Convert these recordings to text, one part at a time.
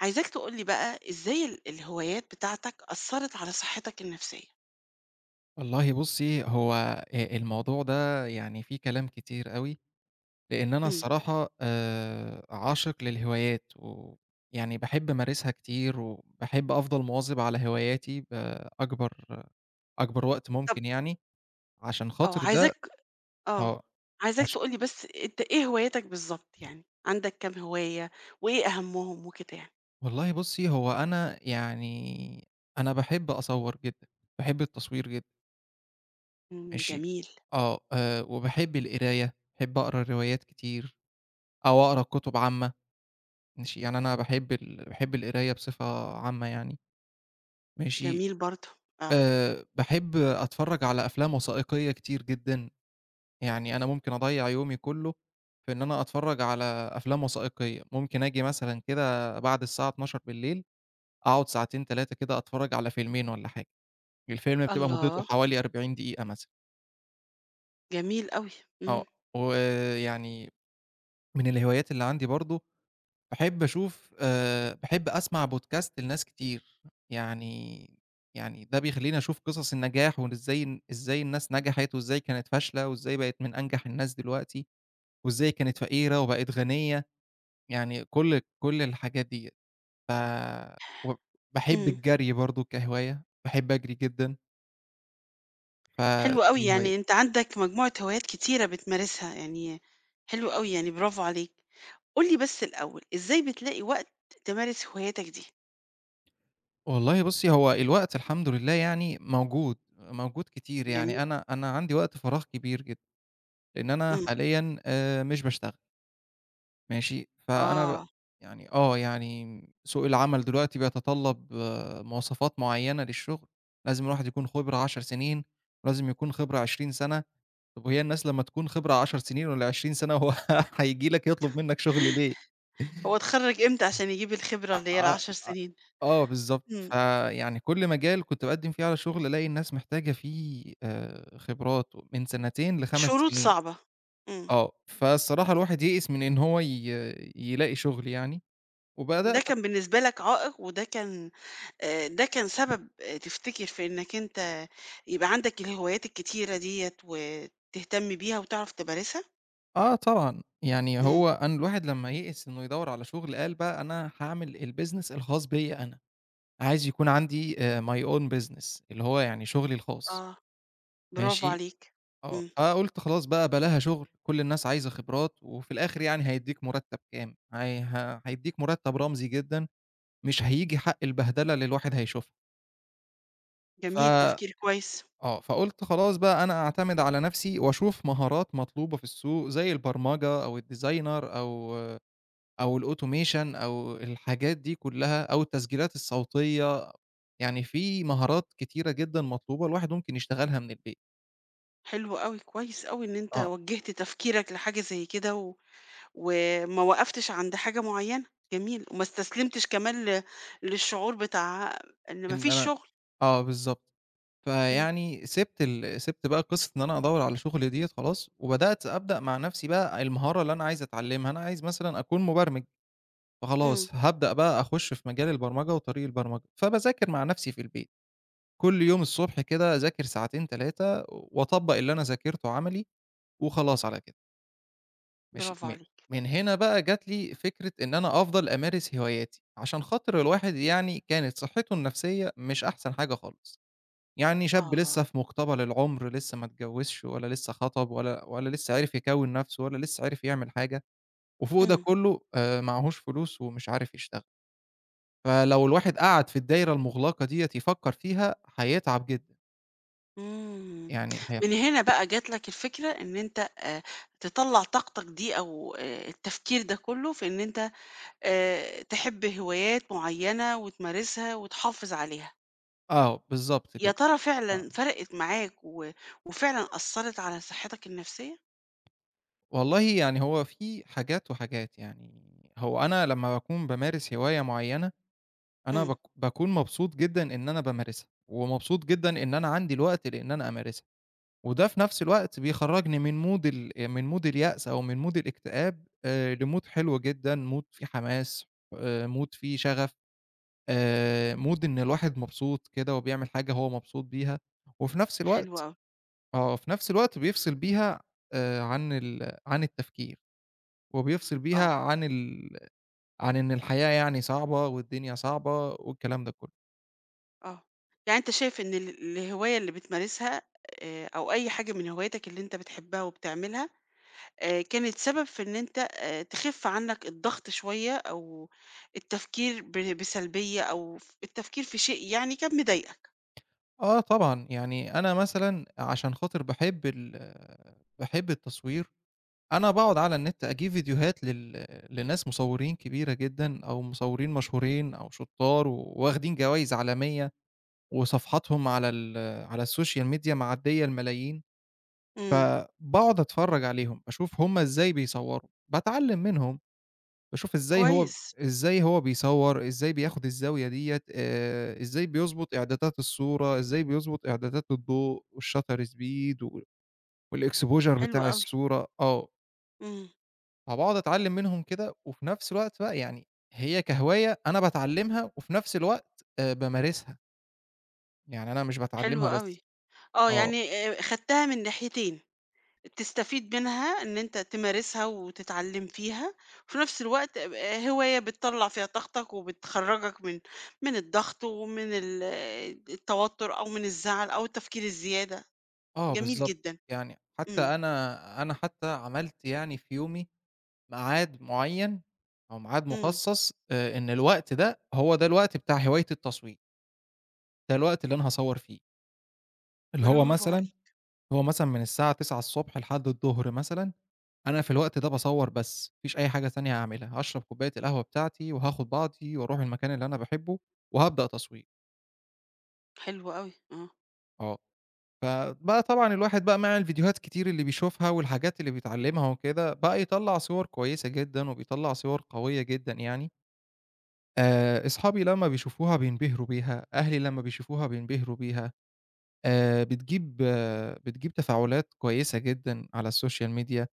عايزاك تقول لي بقى إزاي الهوايات بتاعتك أثّرت على صحتك النفسية؟ والله بُصّي، هو الموضوع ده يعني فيه كلام كتير أوي، لإن أنا إمم. الصراحة عاشق للهوايات، ويعني باحب أمارسها كتير، وباحب أفضل مواظب على هواياتي بأكبر وقت طب ممكن يعني، عشان خاطر آه، ده آه. آه، عايزاك عش تقول لي بس أنت إيه هواياتك بالضبط يعني؟ عندك كام هواية وإيه أهمهم وكده يعني؟ والله بُصّي، هو أنا يعني أنا باحب أصوّر جدًا، باحب التصوير جدًا. إمم، ماشي، جميل، آه، وباحب القراية، باحب أقرا روايات كتير، أو أقرا كتب عامة. ماشي، يعني أنا باحب القراية بصفة عامة يعني، ماشي، جميل برضه. آه. باحب أتفرّج على أفلام وثائقية كتير جدًا، يعني أنا ممكن أضيّع يومي كلّه في إن أنا أتفرّج على أفلام وثائقية، ممكن آجي مثلًا كده بعد الساعة 00:00 أقعد ساعتين 3 كده أتفرّج على فيلمين والّا حاجة، الفيلم بتبقى مدته الله! حوالي 40 دقيقة مثلًا، جميل أوي. إمم، آه، ويعني من الهوايات اللي عندي برضه باحب أشوف باحب أسمع بودكاست لناس كتير، يعني يعني ده بيخلّيني أشوف قصص النجاح وإن إزاي الناس نجحت وإزاي كانت فاشلة وإزاي بقت من أنجح الناس دلوقتي وإزاي كانت فقيرة وبقت غنية، يعني كل الحاجات ديّة. ف و باحب إمم. الجري برضه كهواية، باحب أجري جدًا، حلو أوي، فدي يعني هواية. أنت عندك مجموعة هوايات كتيرة بتمارسها، يعني حلو أوي يعني برافو عليك. قُل لي آه. بس الأول، إزاي بتلاقي وقت تمارس هواياتك دي؟ والله بُصّي، هو الوقت الحمد لله يعني موجود، موجود كتير، جميل. يعني أنا عندي وقت فراغ كبير جدًا. لإن أنا إمم. حاليًا مش باشتغل. ماشي، فأنا ب آه. يعني آه، يعني سوق العمل دلوقتي بيتطلّب مواصفات معيّنة للشغل، لازم الواحد يكون خبرة 10 سنين، ولازم يكون خبرة 20 سَنة، طَب وهي الناس لمّا تكون خبرة 10 سنين والّا 20 سَنة هو هييجي لك يطلب منّك شغل ليه؟ هو اتخرّج إمتى عشان يجيب الخبرة أ اللي هي أ ال10 أ سنين؟ آه بالضبط، إمم، فيعني كل مجال كنت باقدّم فيه على شغل ألاقي الناس محتاجة فيه خبرات من سنتين ل5 شروط سنين. صعبة، إمم، آه، فالصراحة الواحد يئِس من إن هو ي يلاقي شغل يعني، ده وبدأت كان بالنسبة لك عائق وده كان، ده كان سبب، تفتكر في إنك أنت يبقى عندك الهوايات الكتيرة ديّة وتهتم بيها وتعرف تمارسها؟ آه طبعًا، يعني إمم، هو أن الواحد لمّا يئِس إنه يدوّر على شغل قال بقى أنا هاعمل الbusiness الخاص بيّا أنا، عايز يكون عندي my own business اللي هو يعني شغلي الخاص، آه، برافو ماشي، عليك، آه، إمم، فقُلت خلاص بقى بلاها شغل، كل الناس عايزة خبرات، وفي الآخر يعني هيدّيك مُرتّب كام، هي ه هيدّيك مُرتّب رمزي جدًا، مش هييجي حق البهدلة اللي الواحد هيشوفها، ف جميل تفكير كويس، آه، فقُلت خلاص بقى أنا أعتمد على نَفْسي وأشوف مهارات مطلوبة في السوق زي البرمجة أو الdesigner أو الautomation أو الحاجات دي كُلّها أو التسجيلات الصوتية، يعني في مهارات كتيرة جدًا مطلوبة الواحد ممكن يشتغلها من البيت. حلو أوي، كويس أوي إن أنت آه، وجّهت تفكيرك لحاجة زي كده وما وقفتش عند حاجة معيّنة، جميل، وما استسلمتش كمان للشعور بتاع إن ما إن فيش أنا شغل، آه بالضبط. إمم، فيعني سِبت بقى قصة إن أنا أدوّر على شُغل ديّة خلاص وبدأت أبدأ مع نَفْسي بقى المهارة اللي أنا عايز أتعلّمها، أنا عايز مثلًا أكون مُبرمج. إمم، فخلاص هابدأ بقى أخُش في مجال البرمجة وطريق البرمجة، فباذاكر مع نفسي في البيت، كل يوم الصبح كده أذاكر ساعتين 3 وأطبّق اللي أنا ذاكرته عملي وخلاص على كده، ماشي، برافو م عليك، من هنا بقى جات لي فكرة إن أنا أفضل أمارس هواياتي، عشان خاطر الواحد يعني كانت صحته النفسية مش أحسن حاجة خالص، يعني شاب آه، لسه في مقتبل العُمر، لسه ما اتجوّزش ولا لسه خَطَب ولا لسه عِرف يكوّن نفسه ولا لسه عِرف يعمل حاجة، وفوق ده إمم، كلّه معاهوش فلوس ومش عارف يشتغل. فلو الواحد قعد في الدايرة المُغلقة ديّة يفكّر فيها، هيتعب جدًا، إمم، يعني هي من هنا بقى جات لك الفكرة إن أنت، تطلّع طاقتك دي أو، التفكير ده كلّه في إن أنت، تحب هوايات معيّنة وتمارسها وتحافظ عليها، آه، بالضبط يا كده، ترى آه. فعلًا فرقت معاك وفعلًا أثّرت على صحتك النفسية؟ والله يعني هو في حاجات وحاجات، يعني هو أنا لمّا باكون بامارس هواية معيّنة، أنا إمم، باك باكون مبسوط جدًا إن أنا بامارسها، ومبسوط جدًا إن أنا عندي الوقت لإن أنا أمارسها، وده في نفس الوقت بيخرّجني من mood اليأس أو من mood الاكتئاب لmood حلو جدًا، mood فيه حماس، mood فيه شغف. Mood إن الواحد مبسوط كده وبيعمل حاجة هو مبسوط بيها، وفي نفس حلو الوقت أوي، آه، في نفس الوقت بيفصل بيها عن التفكير، وبيفصل آه. بيها عن إن الحياة يعني صعبة والدنيا صعبة والكلام ده كله. آه. يعني أنت شايف إن الهواية اللي بتمارسها، أو أي حاجة من هواياتك اللي أنت بتحبها وبتعملها، كانت سبب في إن أنت تخِف عنّك الضغط شوية، أو التفكير بسلبية، أو التفكير في شيء يعني كان مضايقك. آه طبعًا، يعني أنا مثلًا عشان خاطر باحب التصوير، أنا باقعد على النت أجيب فيديوهات لناس مصورين كبيرة جدًا أو مصورين مشهورين أو شطار وواخدين جوايز عالمية. وصفحاتهم على السوشيال ميديا معدية الملايين، إمم. فباقعد أتفرّج عليهم، أشوف هم إزاي بيصوّروا، باتعلّم منهم، باشوف كويس، إزاي هو بيصوّر، إزاي بياخد الزاوية ديّة، إزاي بيضبط إعدادات الصورة، إزاي بيضبط إعدادات الضوء والshutter speed و والexposure حلو بتاع أوي. الصورة، آه، إمم. فباقعد أتعلّم منهم كده، وفي نفس الوقت بقى يعني هي كهواية أنا باتعلّمها وفي نفس الوقت بامارسها، يعني أنا مش حلو باتعلّمها أوي. بس. آه. آه. يعني خدتها من ناحيتين. تستفيد منها إن أنت تمارسها وتتعلم فيها، وفي نفس الوقت هواية بتطلّع فيها طاقتك وبتخرّجك من الضغط ومن التوتر أو من الزعل أو التفكير الزيادة، آه جميل بالضبط، جدًا، يعني حتى إمم، أنا حتى عملت يعني في يومي ميعاد معيّن أو ميعاد إمم، مخصص إن الوقت ده هو ده الوقت بتاع هواية التصوير، ده الوقت اللي أنا هاصوّر فيه، اللي هو برافو مثلًا عليك، هو مثلًا من الساعة 09:00 لحد الضهر مثلًا، أنا في الوقت ده باصوّر بس، ما فيش أي حاجة تانية هاعملها، هاشرب كوباية القهوة بتاعتي وهاخد بعضي وأروح المكان اللي أنا باحبه وهابدأ تصوير، حلو أوي، آه، آه. فبقى طبعًا الواحد بقى مع الفيديوهات كتير اللي بيشوفها والحاجات اللي بيتعلّمها وكده، بقى يطلّع صور كويسة جدًا وبيطلّع صور قوية جدًا يعني، أصحابي لمّا بيشوفوها بينبهروا بيها، أهلي لمّا بيشوفوها بينبهروا بيها، بتجيب تفاعلات كويسة جدًا على السوشيال ميديا،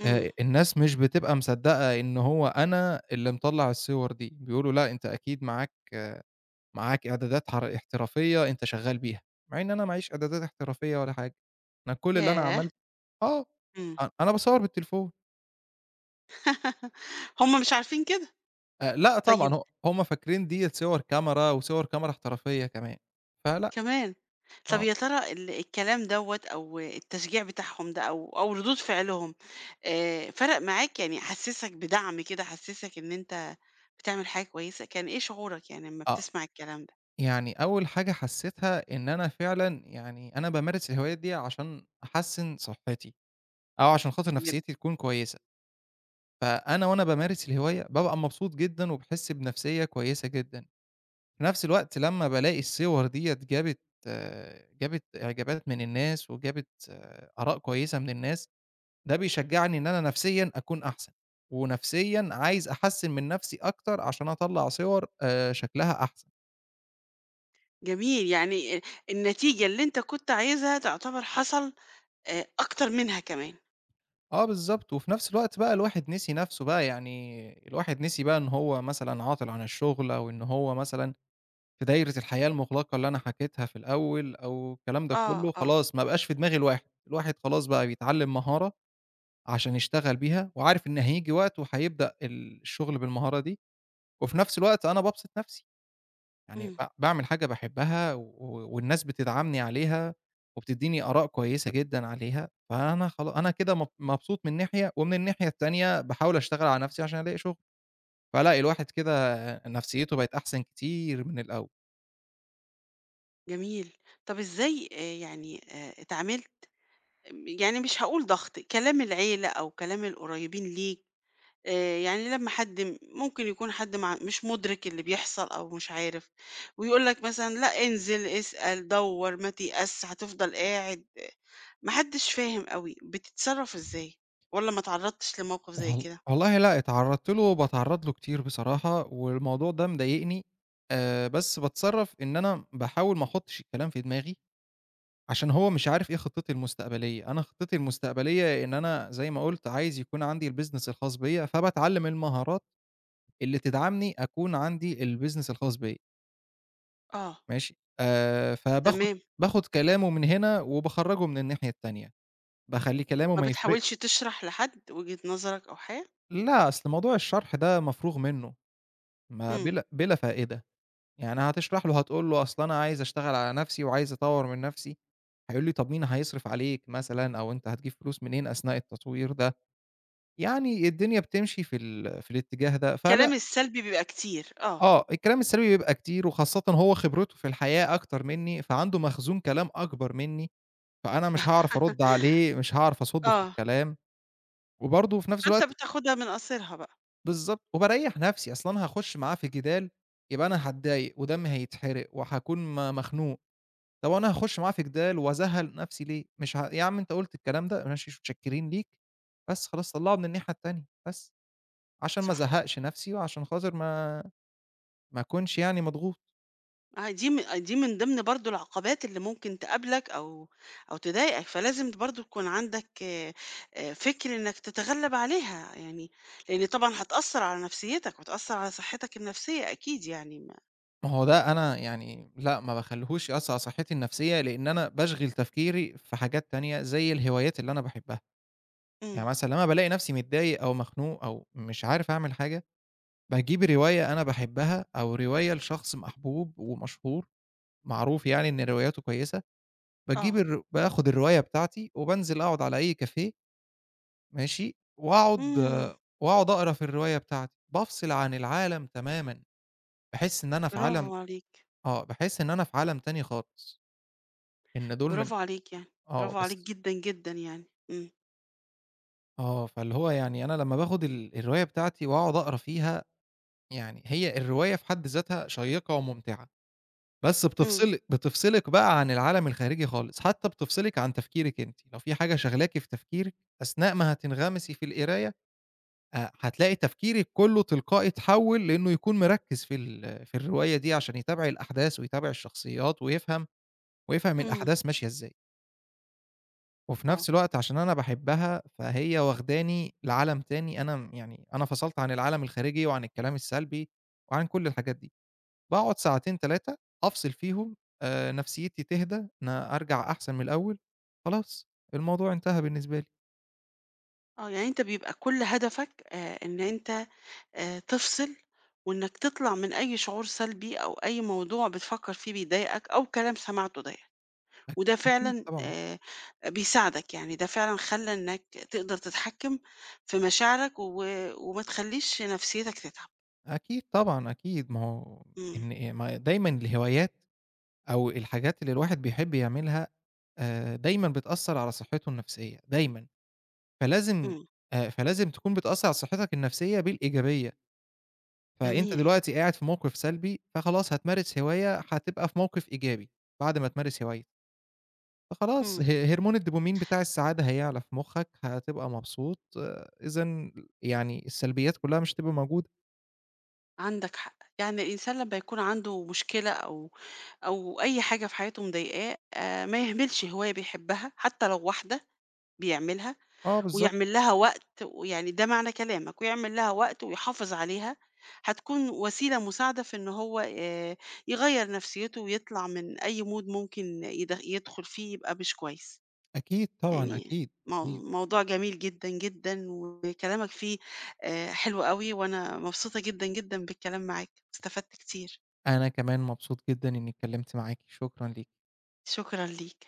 إمم، الناس مش بتبقى مصدّقة إن هو أنا اللي مطلّع الصور دي، بيقولوا لأ أنت أكيد معاك آه، معاك إعدادات حر احترافية أنت شغّال بيها، مع إن أنا معيش إعدادات احترافية ولا حاجة، أنا كل اللي أنا ياه! عملته آه، إمم، أنا باصوّر بالتليفون، هُم مش عارفين كده، لأ طيب، طبعًا هُم فاكرين ديّة صور كاميرا وصور كاميرا احترافية كمان، فلأ، كمان! طب آه، يا ترى الكلام دوّة أو التشجيع بتاعهم ده أو ردود فعلهم، فرق معاك؟ يعني حسّسك بدعم كده، حسّسك إن أنت بتعمل حاجة كويسة؟ كان إيه شعورك يعني أمّا آه، بتسمع الكلام ده؟ يعني أول حاجة حسّيتها إن أنا فعلًا يعني أنا بامارس الهوايات دي عشان أحسّن صحّتي، أو عشان خاطر جم نفسيّتي تكون كويسة، فأنا وأنا بامارس الهواية بابقى مبسوط جدًا وباحس بنفسيّة كويسة جدًا، في نفس الوقت لمّا بالاقي الصور ديّة جابت إعجابات من الناس وجابت آه، آراء كويسة من الناس ده بيشجّعني إن أنا نفسيًا أكون أحسن، ونفسيًا عايز أحسّن من نفسي أكتر عشان أطلّع صور شكلها أحسن. جميل، يعني، النتيجة اللي أنت كنت عايزها تعتبر حصل، أكتر منها كمان. آه بالضبط، وفي نفس الوقت بقى الواحد نسي نفسه بقى، يعني الواحد نسي بقى إن هو مثلًا عاطل عن الشغل، أو إن هو مثلًا في دايرة الحياة المُغلقة اللي أنا حكيتها في الأول، أو الكلام ده آه، كلّه آه، خلاص ما بقاش في دماغ الواحد، الواحد خلاص بقى بيتعلّم مهارة عشان يشتغل بيها، وعارف إن هييجي وقت وهيبدأ الشغل بالمهارة دي، وفي نفس الوقت أنا بابسط نفسي. يعني إمم، باعمل حاجة باحبها و والناس بتدعمني عليها، وبتدّيني آراء كويسة جدًا عليها، فأنا خلا أنا كده مبسوط من ناحية، ومن الناحية التانية باحاول أشتغل على نفسي عشان ألاقي شغل، فلأ الواحد كده نفسيته بقت أحسن كتير من الأول. جميل. طب إزاي، يعني، اتعاملت يعني مش هاقول ضغط، كلام العيلة أو كلام القريبين ليك، يعني لمّا حد ممكن يكون حد مش مُدرك اللي بيحصل أو مش عارف، ويقول لك مثلًا: لأ، انزل، اسأل، دَوّر، ما تيأسش، هتفضل قاعد، ما حدش فاهم أوي، بتتصرّف إزاي؟ والّا ما اتعرّضتش لموقف زي كده؟ والله لأ، اتعرّضت له باتعرّض له كتير بصراحة، والموضوع ده مضايقني، بس باتصرّف إن أنا باحاول ما أحطش الكلام في دماغي. عشان هو مش عارف إيه خطتي المستقبلية، أنا خطتي المستقبلية إن أنا زي ما قُلت عايز يكون عندي الbusiness الخاص بيّا، فباتعلّم المهارات اللي تدعمني أكون عندي الbusiness الخاص بيّا، آه، ماشي، فباخد تمام، باخد كلامه من هنا وباخرّجه من الناحية التانية، باخلّيه كلامه ما ما يفرق. بتحاولش تشرح لحد وجهة نظرك أو حاجة؟ لا، أصل موضوع الشرح ده مفروغ منه، ما إمم، بلا فائدة، يعني هتشرح له هتقول له أصل أنا عايز أشتغل على نَفْسي وعايز أطوّر من نَفْسي، هيقول لي طَب مين هيصرف عليك مثلًا أو أنت هتجيب فلوس منين أثناء التطوير ده؟ يعني الدنيا بتمشي في الاتجاه ده، فلأ الكلام السلبي بيبقى كتير، آه، آه، الكلام السلبي بيبقى كتير وخاصةً هو خبرته في الحياة أكتر منّي، فعنده مخزون كلام أكبر منّي، فأنا مش هاعرف أرُد عليه، مش هاعرف أصُدّه في آه، الكلام، وبرضه في نفس فأنت الوقت بتاخدها من قصيرها بقى، بالضبط، وباريّح نفسي، أصل أنا هاخُش معاه في جدال يبقى أنا هاتضايق ودمي هيتحرق وهاكون مخنوق، طب أنا هاخُش معاه في جدال وأزهّل نفسي ليه؟ مش ه يا عم أنت قُلت الكلام ده ماشي متشكرين ليك، بس خلاص طلّعه من الناحية التانية بس، عشان ما صح. ازهّقش نفسي وعشان خاطر ما أكونش يعني مضغوط، آه، دي من ضمن برضه العقبات اللي ممكن تقابلك أو أو تضايقك، فلازم برضه تكون عندك، فكر إنك تتغلب عليها يعني، لإن طبعًا هتأثّر على نفسيتك وهتأثّر على صحتك النفسية أكيد يعني ما. ما هو ده أنا يعني لأ، ما باخلّيهوش يأثّر على صحّتي النفسية، لإن أنا باشغِل تفكيري في حاجات تانية زي الهوايات اللي أنا باحبها، إمم، يعني مثلًا لمّا بالاقي نفسي متضايق أو مخنوق أو مش عارف أعمل حاجة، باجيب رواية أنا باحبها أو رواية لشخص محبوب ومشهور، معروف يعني إن رواياته كويسة، باجيب آه، الر باخُد الرواية بتاعتي وبانزل أقعد على أي كافيه ماشي، إمم، وأقعد أقرا في الرواية بتاعتي، بافصل عن العالم تمامًا، باحس إن أنا في عالم برافو عليك، آه، باحس إن أنا في عالم تاني خالص، إن دول من برافو عليك يعني، آه، برافو عليك بس جدًا، جدًا يعني، إمم، آه، فاللي هو يعني أنا لمّا باخد الرواية بتاعتي وأقعد أقرا فيها، يعني هي الرواية في حد ذاتها شيّقة وممتعة، بس إمم، بتفصلِك بقى عن العالم الخارجي خالص، حتّى بتفصلِك عن تفكيرِك أنتِ، لو في حاجة شاغلاكِ في تفكيرِك أثناء ما هتنغمسي في القراية، هتلاقي تفكيرِك كلّه تلقائي اتحوّل لإنه يكون مركّز في الرواية دي عشان يتابع الأحداث ويتابع الشخصيات ويفهم إمم، الأحداث ماشية إزاي. وفي آه، نفس الوقت عشان أنا باحبها، فهي واخداني لعالم تاني أنا م يعني أنا فصلت عن العالم الخارجي وعن الكلام السلبي وعن كل الحاجات دي. باقعد ساعتين 3 أفصل فيهم نفسيتي تهدى، أنا أرجع أحسن من الأول، خلاص الموضوع انتهى بالنسبة لي. آه، يعني أنت بيبقى كل هدفك، إن أنت تفصل، وإنك تطلع من أي شعور سلبي أو أي موضوع بتفكّر فيه بيضايقك أو كلام سمعته ضايقك، وده أكيد فعلًا طبعًا، بيساعدك، يعني ده فعلًا خلّى إنك تقدر تتحكّم في مشاعرك و وما تخلّيش نفسيتك تتعب. أكيد ما هو إمم، إن ما دايمًا الهوايات أو الحاجات اللي الواحد بيحب يعملها دايمًا بتأثّر على صحته النفسية، دايمًا. فلازم إمم، فلازم تكون بتأثّر على صحتك النفسية بالإيجابية، فأنت جميل، دلوقتي قاعد في موقف سلبي، فخلاص هتمارس هواية هتبقى في موقف إيجابي بعد ما تمارس هواية، فخلاص إمم، هرمون الدوبامين بتاع السعادة هيعلى في مخّك، هتبقى مبسوط، إذًا يعني السلبيات كلّها مش هتبقى موجودة. عندك حق. يعني الإنسان لمّا يكون عنده مشكلة أو أو أي حاجة في حياته مضايقاه، ما يهملش هواية بيحبها حتى لو واحدة بيعملها، آه بالضبط، ويعمل لها وقت، ويعني ده معنى كلامك، ويعمل لها وقت ويحافظ عليها، هتكون وسيلة مساعدة في إن هو يغيّر نفسيته ويطلع من أي mood ممكن يدخل فيه يبقى مش كويس. أكيد طبعًا، يعني أكيد، أكيد. موضوع جميل جدًا، جدًا، وكلامك فيه حلو أوي، وأنا مبسوطة جدًا، جدًا بالكلام معاك، واستفدت كتير. أنا كمان مبسوط جدًا إنّي اتكلّمت معاكِ، شكرًا ليكِ. شكرًا ليك.